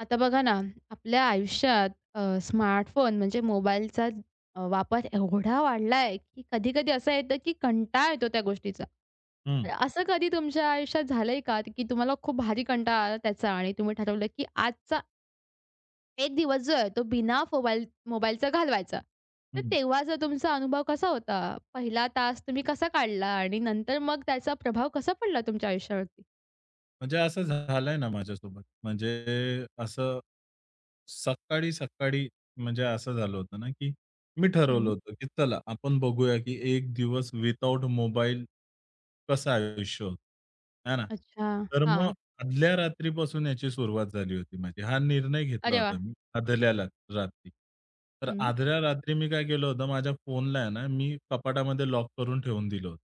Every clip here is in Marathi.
आता बघा ना, आपल्या आयुष्यात स्मार्टफोन म्हणजे मोबाईलचा वापर एवढा वाढला की कधी-कधी असं येतं, की कंटाळा येतो त्या गोष्टीचा. हं, तर असं कधी तुमच्या आयुष्यात झालंय का, की तुम्हाला खूप भारी कंटाळा आला त्याचा आणि तुम्ही ठरवलं, की आजचा एक दिवस जो आहे तो बिना फोबाईल मोबाईलचा घालवायचा. तर हं. तेव्हाचा तुमचा अनुभव कसा होता? पहिला तास तुम्ही कसा काढला आणि नंतर मग त्याचा प्रभाव कसा पडला तुमच्या आयुष्यावरती? म्हणजे असं झालंय ना माझ्यासोबत. म्हणजे असं सकाळी-सकाळी म्हणजे असं झालं होतं ना, की मी ठरवलं हं. होतं, की चला आपण बघूया, की एक दिवस विथआऊट मोबाईल कसं आयुष्य होतं, आहे ना? अच्छा. तर मग हां. आदल्या रात्रीपासून याची सुरुवात झाली होती माझी. हा निर्णय घेतला अरे होता वाह! मी आदल्या ला रात्री. तर हं. आदल्या रात्री मी काय केलं होतं, माझ्या फोनला आहे ना, मी कपाटामध्ये लॉक करून ठेवून दिलं होतं.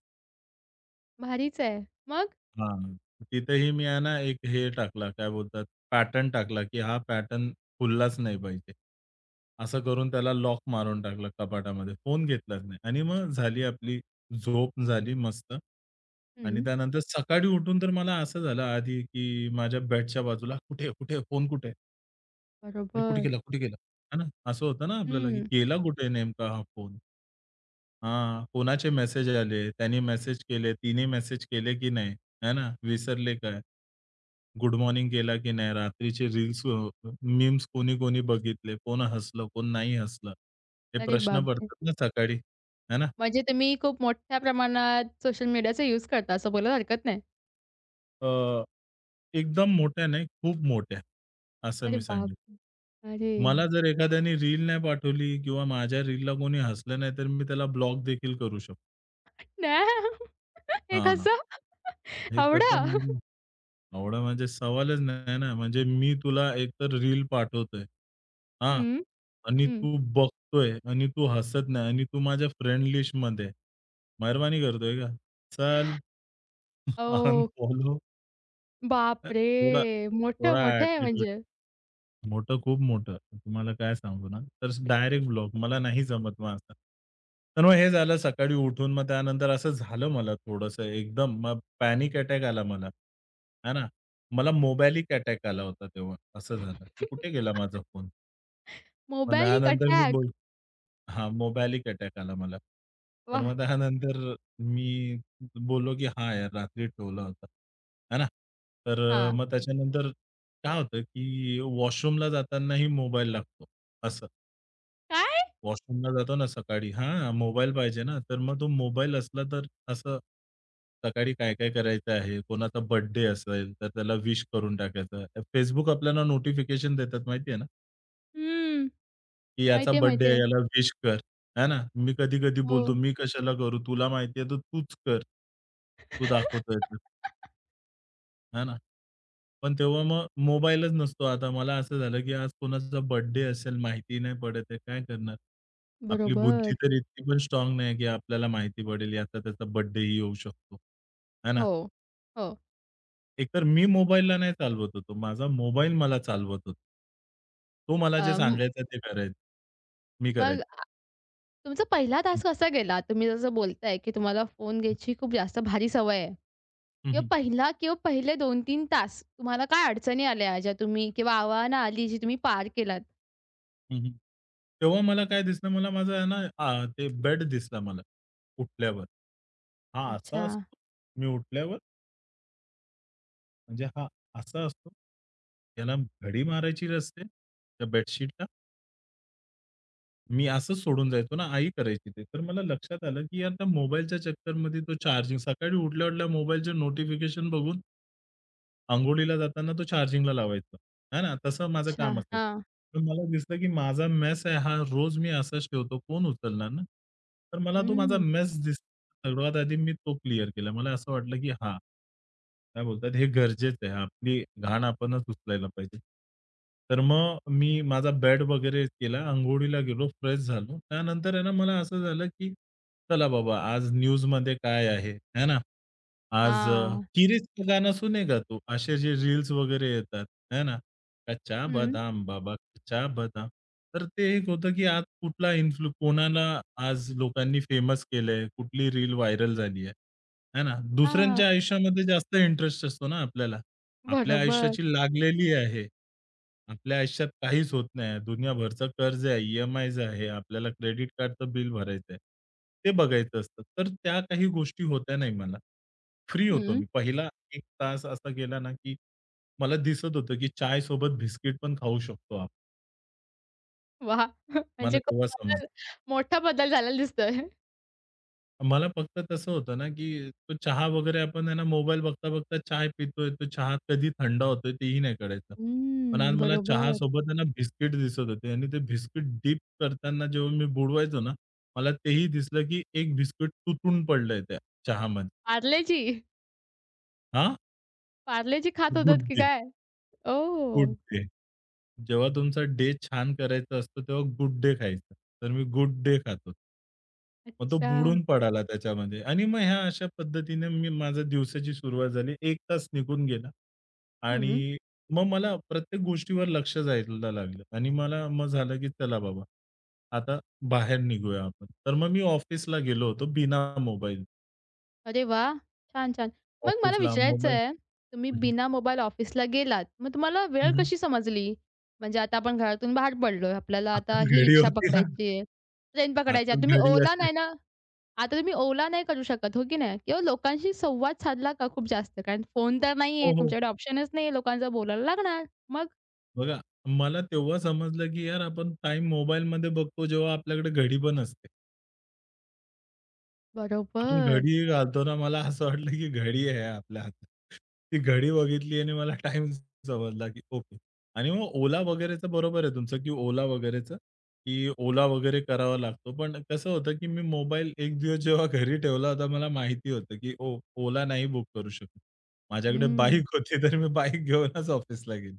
भारीच आहे. मग? हां. तिथेही मी आहे ना, एक हे टाकला, काय बोलतात, पॅटर्न टाकला, की हा पॅटर्न खुललाच नाही पाहिजे. असं करून त्याला लॉक मारून टाकलं कपाटामध्ये. फोन घेतलाच नाही आणि मग झाली आपली झोप झाली मस्त. आणि हं, त्यानंतर सकाळी उठून तर मला असं झालं आधी, की माझ्या बेडच्या बाजूला कुठे, आहे? कुठे आहे? फोन कुठे आहे? अरे कुठे बरोबर. गेला? कुठे गेला? है ना? असं होतं ना आपल्याला, की हं. गेला कुठे नेमका हा फोन? हां, कोणाचे मेसेज आले? त्याने मेसेज केले, तिने मेसेज केले की नाही? है ना? विसरले काय? गुड मॉर्निंग केला की नाही, रात्रीचे रील्स मीम्स कोणी-कोणी बघितले, कोण हसलं, कोण नाही हसलं. हे अरे प्रश्न बापरे! पडतात ना सकाळी, है ना? म्हणजे तुम्ही खूप मोठ्या प्रमाणात सोशल मीडियाचा यूज करता असं बोलायला हरकत नाही. अ, एकदम मोठ्या नाही, खूप मोठ्या, असं अरे मी सांगेन. बापरे! अरे! मला जर एखाद्याने रील नाही पाठवली किंवा माझ्या रीलला कोणी हसलं नाही, तर मी त्याला ब्लॉक देखील करू शकतो. नाही. हे हां, कसं? हे कसं एवढं? म्हणजे एवढं म्हणजे सवालच नाही ना, म्हणजे मी तुला एकतर रील पाठवतोय. हां. हं, आणि हं. तू बघतोय आणि तू हसत नाही आणि तू माझ्या फ्रेंड लिस्टमध्ये आहे. मेहरबानी करतोय का? चल ओह! अनफॉलो बापरे! थोडा मोठं, थोडा मोठं आहे ॲटिट्यूड म्हणजे. मोठं, खूप मोठं. तुम्हाला काय सांगू ना, तर डायरेक्ट ब्लॉक. मला नाही जमत मग असं. तर मग हे झालं सकाळी उठून मग त्यानंतर असं झालं मला थोडंसं एकदम मग पॅनिक अटॅक आला मला. आहे ना? मला मोबॅलिक अटॅक आला होता तेव्हा. असं झालं, की कुठे गेला माझा फोन? मग मोबाइलिक त्यानंतर मी अटॅक. बोल हां, मोबॅलिक अटॅक आला मला. तर वाह! मग त्यानंतर मी बोललो, की "हां, यार रात्री ठेवला होता." है ना? तर हां. मग त्याच्यानंतर काय होतं, की वॉशरूमला जातानाही मोबाईल लागतो. असं काय? वॉशरूमला जातो ना सकाळी हां, मोबाईल पाहिजे ना, तर मग तो मोबाईल असला तर असं सकाळी काय-काय करायचं आहे, कोणाचा बर्थडे असेल तर त्याला विश करून टाकायचं. Facebook आपल्याला नोटिफिकेशन देतात माहिती आहे ना? हं. की याचा माहिती आहे, बर्थडे माहिती आहे, आहे. याला विश कर. आहे ना? मी कधी-कधी हो. बोलतो, "मी कशाला करू? तुला माहिती आहे, तर तूच कर. तू दाखवतोय तर." आहे ना? पण तेव्हा मग मोबाईलच नसतो आता. मला असं झालं, की आज कोणाचा बर्थडे असेल, माहिती नाही पडत आहे, काय करणार? आपली बुद्धी बरोबर. तर इतकी पण स्ट्राँग नाही, की आपल्याला माहिती पडेल, याचा त्याचा बर्थडेही येऊ शकतो. आहे ना? हो, हो. एकतर मी मोबाईलला नाही चालवत होतो. माझा मोबाईल मला चालवत होता. तो मला जे अ, सांगायचा ते करायचं. मी मग करायचं. तुमचा पहिला तास कसा गेला? तुम्ही जसं बोलताय, की तुम्हाला फोन घ्यायची खूप जास्त भारी सवय आहे किंवा पहिला किंवा पहिले 2-3 तास तुम्हाला काय अडचणी आल्या ज्या तुम्ही किंवा आव्हानं आली जी तुम्ही पार केलात? हं, हं. तेव्हा मला काय दिसलं मला माझा आहे ना ते बेड दिसला मला उठल्यावर. हा अच्छा, असा असतो. मी उठल्यावर म्हणजे हा असा असतो. त्याला घडी मारायची असते त्या बेडशीटला. मी असंच सोडून जायचो ना, आई करायची ते. तर मला लक्षात आलं, की आता मोबाईलच्या चक्करमध्ये तो चार्जिंग सकाळी उठल्या-उठल्या मोबाईलचे नोटिफिकेशन बघून अंघोळीला जाताना तो चार्जिंगला लावायचा. आहे ना? तसं माझं अच्छा. काम असायचं. हां. तर मला दिसलं की माझा मेस आहे हा रोज मी असाच ठेवतो. कोण उचलणार ना? तर मला तो माझा हं. मेस दिसला. सर्वात आधी मी तो क्लिअर केला. मला असं वाटलं की हां, काय बोलतात हे गरजेचं आहे. आपली घाण आपणच उचलायला पाहिजे. तर मग मी माझा बेड वगैरे केला. अंघोळीला गेलो, फ्रेश झालो. त्यानंतर आहे ना मला असं झालं की चला बाबा, आज न्यूजमध्ये काय आहे, है ना? आज हां. "किरीचं" गाणं सुनेगा तू? असे जे रील्स वगैरे येतात, है ना? "कच्चा हं. बदाम बाबा कच्चा बदाम." तर ते एक होतं की आज कुठला इन्फ्लु कोणाला आज लोकांनी फेमस केलंय, कुठली रील व्हायरल झाली आहे, है ना? हां. दुसऱ्यांच्या आयुष्यामध्ये जास्त इंटरेस्ट असतो ना आपल्याला. आपल्या बरोबर. आयुष्याची लागलेली आहे. आपल्या आयुष्यात काहीच होत नाही. दुनियाभरचं कर्ज आहे, ई-एम-आयज आहे, आपल्याला क्रेडिट कार्डचं बिल भरायचं आहे. ते बघायचं असतं. तर त्या काही गोष्टी होत्या नाही मला. फ्री होतो हं. मी. पहिला 1 तास असा गेला ना, की मला दिसत होतं, की चायसोबत बिस्किट पण खाऊ शकतो आपण. वाह! मला म्हणजे खूप तेव्हा समजलं. बदल मोठा बदल झालेला दिसतोय. मला फक्त तसं होतं ना, की तो चहा वगैरे आपण आहे ना, मोबाईल बघता-बघता चाय पितोय, तो चहा कधी थंड होतोय तेही नाही कळायचं. पण आज हं. मला बरोबर. चहासोबत आहे ना, बिस्किट दिसत होते आणि ते बिस्किट डिप करताना जेव्हा मी बुडवायचो ना, मला तेही दिसलं, की एक बिस्किट तुटून पडलंय त्या चहामध्ये. पार्लेजी? हां, पार्लेजी खात होतात गुड की डे, काय? Good oh! डे. जेव्हा तुमचा डे छान करायचा असतो, तेव्हा गुड डे खायचा. तर मी गुड डे खातो. मग तो अच्छा. बुडून पडाला त्याच्यामध्ये आणि मग ह्या अशा पद्धतीने मी माझ्या दिवसाची सुरुवात झाली. एक तास निघून गेला आणि मग मला प्रत्येक गोष्टीवर लक्ष जायला लागलं आणि मला मग झालं, की चला बाबा, आता बाहेर निघूया आपण. तर मग मी ऑफिसला गेलो होतो बिना मोबाईल. अरे वाह! छान, छान. मग मला ऑफिसला विचारायचं मोबाईल आहे, तुम्ही बिना मोबाईल ऑफिसला गेलात, मग तुम्हाला वेळ हं, हं. कशी समजली? म्हणजे आता आपण घरातून बाहेर पडलोय, आपल्याला हातात आता ही घडी रिक्षा होती ना, पकडायची आहे, ट्रेन पकडायची आहे. हातात तुम्ही घडी ओला असते. नाही ना आता तुम्ही ओला नाही करू शकत, हो की नाही? किंवा लोकांशी संवाद साधला का खूप जास्त? कारण फोन तर नाही हो, आहे, हो. तुमच्याकडे ऑप्शनच नाही आहे, लोकांचा बोलायला लागणार. मग? बघा, मला तेव्हा समजलं, की यार आपण टाईम मोबाईलमध्ये बघतो जेव्हा आपल्याकडे घडी पण असते. आपण बरोबर. घडी घालताना मला असं वाटलं, की घडी आहे आपल्या हातात. ती घडी बघितली आणि मला टाईम समजला, की ओके. आणि मग Ola वगैरेचं बरोबर आहे तुमचं, की Ola वगैरेचं, की Ola वगैरे करावा लागतो. पण कसं होतं, की मी मोबाईल एक दिवस जेव्हा घरी ठेवला होता, मला माहिती होतं, की Ola नाही बुक करू शकत. माझ्याकडे हं. बाईक होती, तर मी बाईक घेऊनच ऑफिसला गेलो.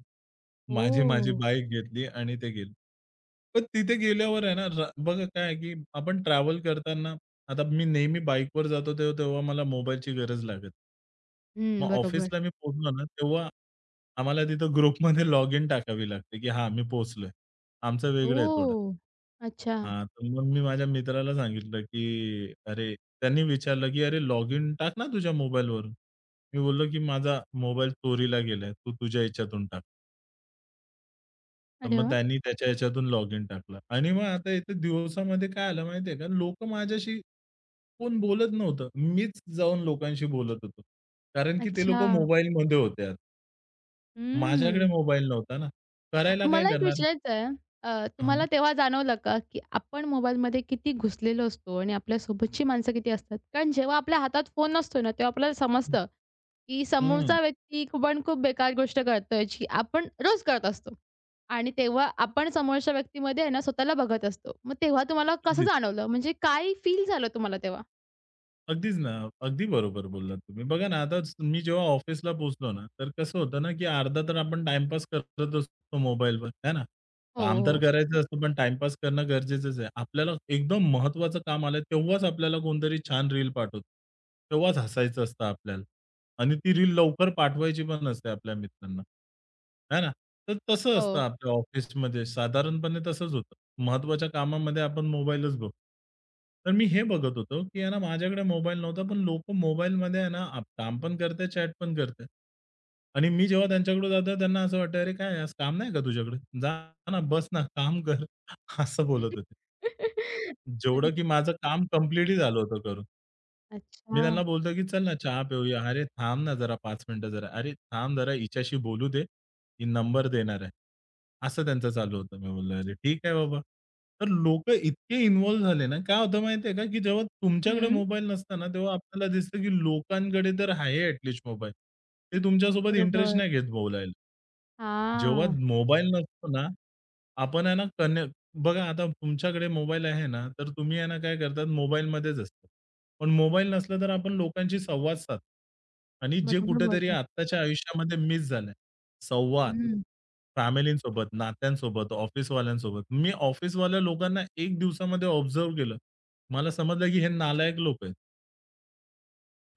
ओह! माझी बाईक घेतली आणि ते गेलो. पण तिथे गेल्यावर आहे ना, बघा काय आहे, की आपण ट्रॅव्हल करताना आता मी नेहमी बाईकवर जातो तेव्हा तेव्हा मला मोबाईलची गरज लागत. मग हं, बरोबर. ऑफिसला मी पोहोचलो ना, तेव्हा आम्हाला तिथं ग्रुपमध्ये लॉग इन टाकावी लागते, की हां, मी पोहोचलोय. आमचं वेगळं आहे थोडं. ओह! अच्छा. हां, तर मग मी माझ्या मित्राला सांगितलं, की "अरे" त्यांनी विचारलं, की "अरे लॉग इन टाक ना तुझ्या मोबाईलवरून." मी बोललो, की "माझा मोबाईल चोरीला गेलाय. तू तुझ्या ह्याच्यातून टाक." तर अरे मग वाह! त्यांनी त्याच्या ह्याच्यातून लॉग इन टाकला आणि मग आता इथे दिवसामध्ये काय आलं माहितीये का, लोकं माझ्याशी कोण बोलत नव्हतं. मीच जाऊन लोकांशी बोलत होतो. कारण की ते अच्छा. लोकं मोबाईलमध्ये होते. माझ्याकडे हं. मोबाईल नव्हता ना. करायला काय मला एक करणार? विचारायचं आहे, हं, तुम्हाला तेव्हा जाणवलं का, की आपण मोबाईलमध्ये किती घुसलेलो असतो आणि आपल्यासोबतची माणसं किती असतात? कारण जेव्हा आपल्या हातात फोन नसतो ना, तेव्हा आपल्याला समजतं, की हं. समोरचा व्यक्ती खूप आणि खूप बेकार गोष्ट करतोय, जी आपण रोज करत असतो. आणि तेव्हा आपण समोरच्या व्यक्तीमध्ये आहे ना, स्वतःला बघत असतो. मग तेव्हा तुम्हाला कसं जाणवलं? म्हणजे काय फील झालं तुम्हाला तेव्हा? अगदीच ना. अगदी बरोबर बोललात तुम्ही. बघा ना, आता मी जेव्हा ऑफिसला पोहोचलो ना, तर कसं होतं ना, की अर्धा तर आपण टाईमपास करत असतो मोबाईलवर, है ना? हो, काम तर हो. करायचं असतं, पण टाईमपास करणं गरजेचंच आहे. आपल्याला एकदम महत्त्वाचं काम आलं, तेव्हाच आपल्याला कोणतरी छान रील पाठवतो. तेव्हाच हसायचं असतं आपल्याला आणि ती रील लवकर पाठवायची पण असते आपल्या मित्रांना, है ना? तर तसं असतं हो. आपल्या ऑफिसमध्ये साधारणपणे तसंच होतं. महत्त्वाच्या कामामध्ये आपण मोबाईलच बघतो. तर मी हे बघत होतो, की आहे ना माझ्याकडे मोबाईल नव्हता, पण लोकं मोबाईलमध्ये आहे ना आप काम पण करताय, चॅट पण करताय. आणि मी जेव्हा त्यांच्याकडे जातो त्यांना असं वाटतं, "अरे काय आज काम नाही का तुझ्याकडे? जा ना, बस ना, काम कर." असं बोलत होते. जेवढं की माझं काम कंप्लीटही झालं होतं करून. अच्छा. मी त्यांना बोलतो, की "चल ना चहा पिऊया. अरे थांब ना जरा 5 मिनिटं जरा. अरे थांब जरा हिच्याशी बोलू दे. ही नंबर देणार आहे." असं त्यांचं चालू होतं. मी बोललो, "अरे ठीक आहे बाबा." तर लोक इतके इन्व्हॉल्व झाले ना, काय होतं माहिती का, की जेव्हा तुमच्याकडे हं. मोबाईल नसता ना, तेव्हा आपल्याला दिसतं, की लोकांकडे तर आहे मोबाईल. ते तुमच्यासोबत इंटरेस्ट बरोबर. नाही घेत बोलायला. जेव्हा हां. मोबाईल नसतो ना आपण आहे ना बघा आता तुमच्याकडे मोबाईल आहे ना, तर तुम्ही आहे ना काय करतात मोबाईलमध्येच असतात. पण मोबाईल नसला तर आपण लोकांशी संवाद साधतो. आणि जे बरोबर कुठेतरी बोलतात. आत्ताच्या आयुष्यामध्ये मिस झालंय. संवाद. फॅमिलींसोबत, नात्यांसोबत, ऑफिसवाल्यांसोबत. मी ऑफिसवाल्या लोकांना 1 दिवसामध्ये ऑब्झर्व्ह केलं. मला समजलं की हे नालायक लोक आहेत.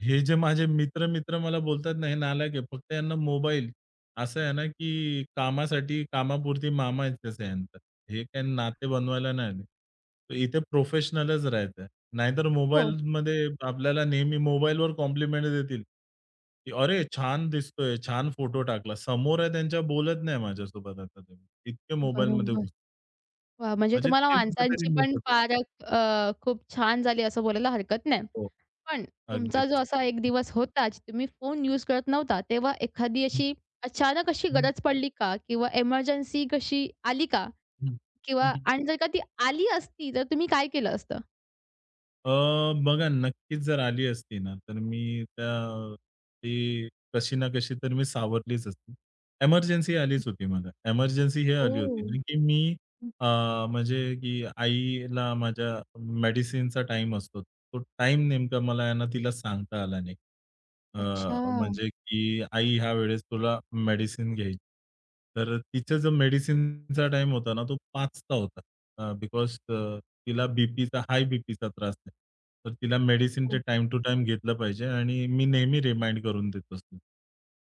हे जे माझे मित्र-मित्र मला बोलतात ना, हे नालायक आहे. फक्त यांना मोबाईल असं आहे ना, की कामासाठी कामापुरती मामा आहेत तसं यांचं. हे काही नाते बनवायला नाही आले. तर इथे प्रोफेशनलच राहायचं आहे. नाहीतर हो, मोबाईलमध्ये आपल्याला नेहमी मोबाईलवर कॉम्प्लिमेंट देतील, की "अरे, छान दिसतोय, छान फोटो टाकला." समोर आहे त्यांच्या बोलत नाही माझ्यासोबत आता ते. इतके मोबाईलमध्ये बरोबर. घुस वाह! म्हणजे म्हणजे तुम्हाला ते कुठेतरी माणसांची मिस पण होतंय. पारख खूप छान झाली असं बोलायला हरकत नाही. हो, पण तुमचा जो अगदीच. असा एक दिवस होता, जे तुम्ही फोन यूज करत नव्हता, तेव्हा एखादी हं, अशी अचानक अशी हं, गरज पडली का? किंवा इमर्जन्सी कशी आली का? हं, हं, किंवा हं. आणि जर का ती आली असती, तर तुम्ही काय केलं असतं? अ, बघा नक्कीच जर आली असती ना, तर मी त्या ती कशी ना कशी तर मी सावरलीच असती. एमर्जन्सी आलीच होती मला. एमर्जन्सी हे आली हो. होती ना, की मी अ, म्हणजे की आईला माझ्या मेडिसिनचा टाईम असतो. तो टाईम नेमका मला आहे ना तिला सांगता आला नाही. अच्छा, अ, म्हणजे की आई ह्या वेळेस तुला मेडिसिन घ्यायची. तर तिचा जो मेडिसिनचा टाईम होता ना, तो 5चा होता. बिकॉज तिला बीपीचा हाय बीपीचा त्रास आहे. तर तिला मेडिसिन अच्छा. ते टाइम टू टाईम घेतलं पाहिजे आणि मी नेहमी रिमाइंड करून देत असतो.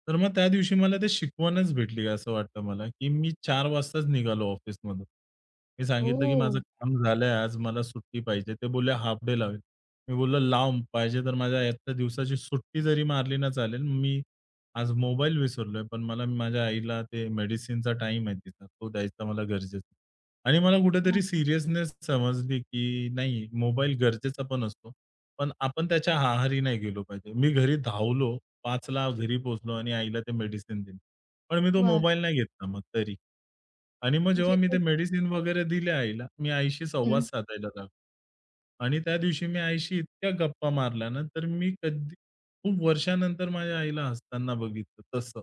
तर मग त्या दिवशी मला ते शिकवणच भेटली असं वाटतं मला, की मी 4 वाजताच निघालो ऑफिसमधून. मी सांगितलं, की माझं हो. काम झालंय आज मला सुट्टी पाहिजे. ते बोलले हाल्फ डे लावेल. मी बोललो, "लांब पाहिजे तर माझ्या आजच्या दिवसाची सुट्टी जरी मारली ना चालेल. मी आज मोबाईल विसरलोय, पण मला माझ्या आईला ते मेडिसिनचा टाईम आहे तिचा, तो द्यायचा मला गरजेचं." आणि मला कुठेतरी सीरियसनेस समजली, की नाही मोबाईल गरजेचा पण असतो. पण आपण त्याच्या आहारी नाही गेलो पाहिजे. मी घरी धावलो, 5:00 घरी पोहोचलो आणि आईला ते मेडिसिन दिलं. पण मी तो वाह! मोबाईल नाही घेतला मग तरी. आणि मग जेव्हा म्हणजे मी ते खूप मेडिसिन वगैरे दिल्या आईला, मी आईशी हं. संवाद साधायला लागलो. आणि त्या दिवशी मी आईशी इतक्या गप्पा मारल्या ना, तर मी कधी खूप वर्षानंतर माझ्या आईला हसताना बघितलं तसं.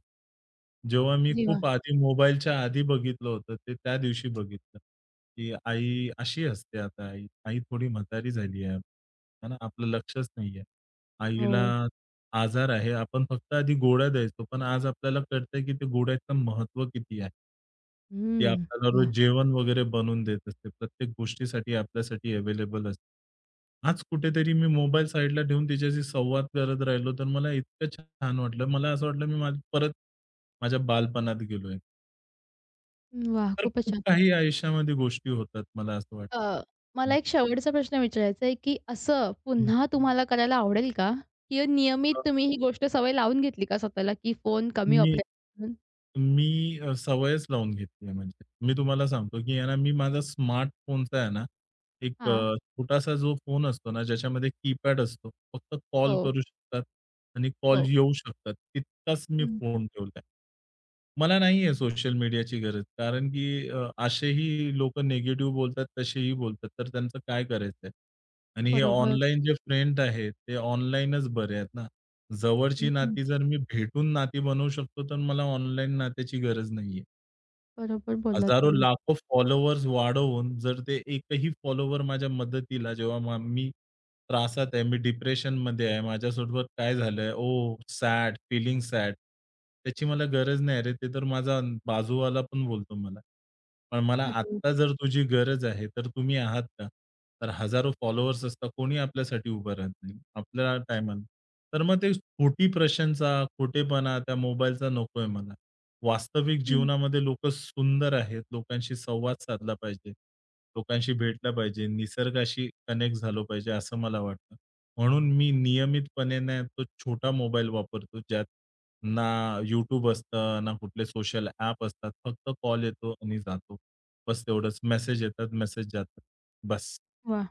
जेव्हा मी अरे वाह! खूप आधी मोबाईलच्या आधी बघितलं होतं, ते त्या दिवशी बघितलं, की आई अशी हसते आता आई. आई थोडी म्हातारी झाली आहे. है ना? आपलं लक्षच नाहीये. आईला हो. आजार आहे. आपण फक्त आधी गोळ्या द्यायचो. पण आज आपल्याला कळतंय, की ते गोळ्याचं महत्त्व किती आहे. ते हं. आपल्याला रोज वाह! जेवण वगैरे बनवून देत असते. प्रत्येक गोष्टीसाठी आपल्यासाठी अवेलेबल असते. आज कुठेतरी मी मोबाईल साइडला ठेवून तिच्याशी संवाद करत राहिलो, तर मला इतकं छान वाटलं. मला असं वाटलं, मी माझं परत माझ्या बालपणात गेलोय. वाह! तर खूपच खूप छान. काही आयुष्यामध्ये गोष्टी होतात, मला असं वाटतं. अ, हं, मला एक शेवटचा प्रश्न विचारायचा आहे, की असं हं. पुन्हा तुम्हाला करायला आवडेल का? की नियमित तुम्ही ही गोष्ट सवय लावून घेतली का स्वतःला, की फोन कमी मी वापरायचा म्हणून? मी सवयच लावून घेतली आहे म्हणजे. मी तुम्हाला सांगतो, की आहे ना, मी माझा स्मार्टफोनचा आहे ना, एक हां. छोटासा जो फोन असतो ना, ज्याच्यामध्ये कीपॅड असतो. फक्त कॉल हो, करू शकतात आणि कॉल हो. येऊ शकतात. तितकाच मी हं. फोन ठेवला आहे. मला नाही आहे सोशल मीडियाची गरज. कारण की असेही लोकं निगेटिव्ह बोलतात, तसेही बोलतात. तर त्यांचं काय करायचं आणि हे बरोबर. ऑनलाईन जे फ्रेंड आहेत, ते ऑनलाईनच बरे आहेत ना. जवळची हं. नाती जर मी भेटून नाती बनवू शकतो, तर मला ऑनलाईन नात्याची गरज नाहीये. बरोबर बोललात तुम्ही. हजारो-लाखो फॉलोवर्स वाढवून जर ते एकही फॉलोवर माझ्या मदतीला जेव्हा मग मी त्रासात आहे, मी डिप्रेशनमध्ये आहे, माझ्यासोबत काय झालंय? ओह! Sad, feeling sad. त्याची मला गरज नाही रे, ते तर माझा बाजूवाला पण बोलतो मला. पण मला अरे आत्ता जर तुझी गरज आहे, तर तुम्ही आहात का? तर हजारो फॉलोवर्स असतात, कोणी आपल्यासाठी उभं राहत नाही, आपल्या टायमाला. तर मग ते खोटी प्रशंसा, खोटेपणा त्या मोबाईलचा नकोय मला. वास्तविक हं. जीवनामध्ये लोकं सुंदर आहेत. लोकांशी संवाद साधला पाहिजे. लोकांशी भेटला पाहिजे. निसर्गाशी कनेक्ट झालो पाहिजे, असं मला वाटतं. म्हणून मी नियमितपणे ना तो छोटा मोबाईल वापरतो, ज्यात ना YouTube असतं, ना कुठले सोशल ॲप असतात. फक्त कॉल येतो आणि जातो. बस तेवढंच. मेसेज येतात, मेसेज जातात. बस. वाह!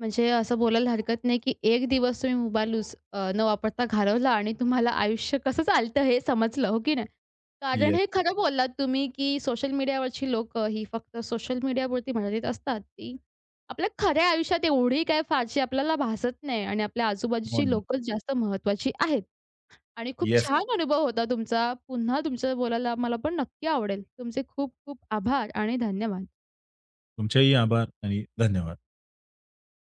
म्हणजे असं बोलायला हरकत नाही, की एक दिवस तुम्ही मोबाईल यूज न वापरता घालवला आणि तुम्हाला आयुष्य कसं चालतं हे समजलं, हो की नाही? कारण येस. हे खरं बोललात तुम्ही, की सोशल मीडियावरची लोक ही फक्त सोशल मीडियापुरती मर्यादित असतात, ती आपल्या खऱ्या आयुष्यात एवढी काय फारशी आपल्याला भासत नाही आणि आपल्या हो आजूबाजूची ना. लोकंच जास्त महत्वाची आहेत. आणि खूप येस. छान अनुभव होता तुमचा. पुन्हा तुमचं बोलायला मला पण नक्की आवडेल. तुमचे खूप खूप आभार आणि धन्यवाद. तुमचेही आभार आणि धन्यवाद.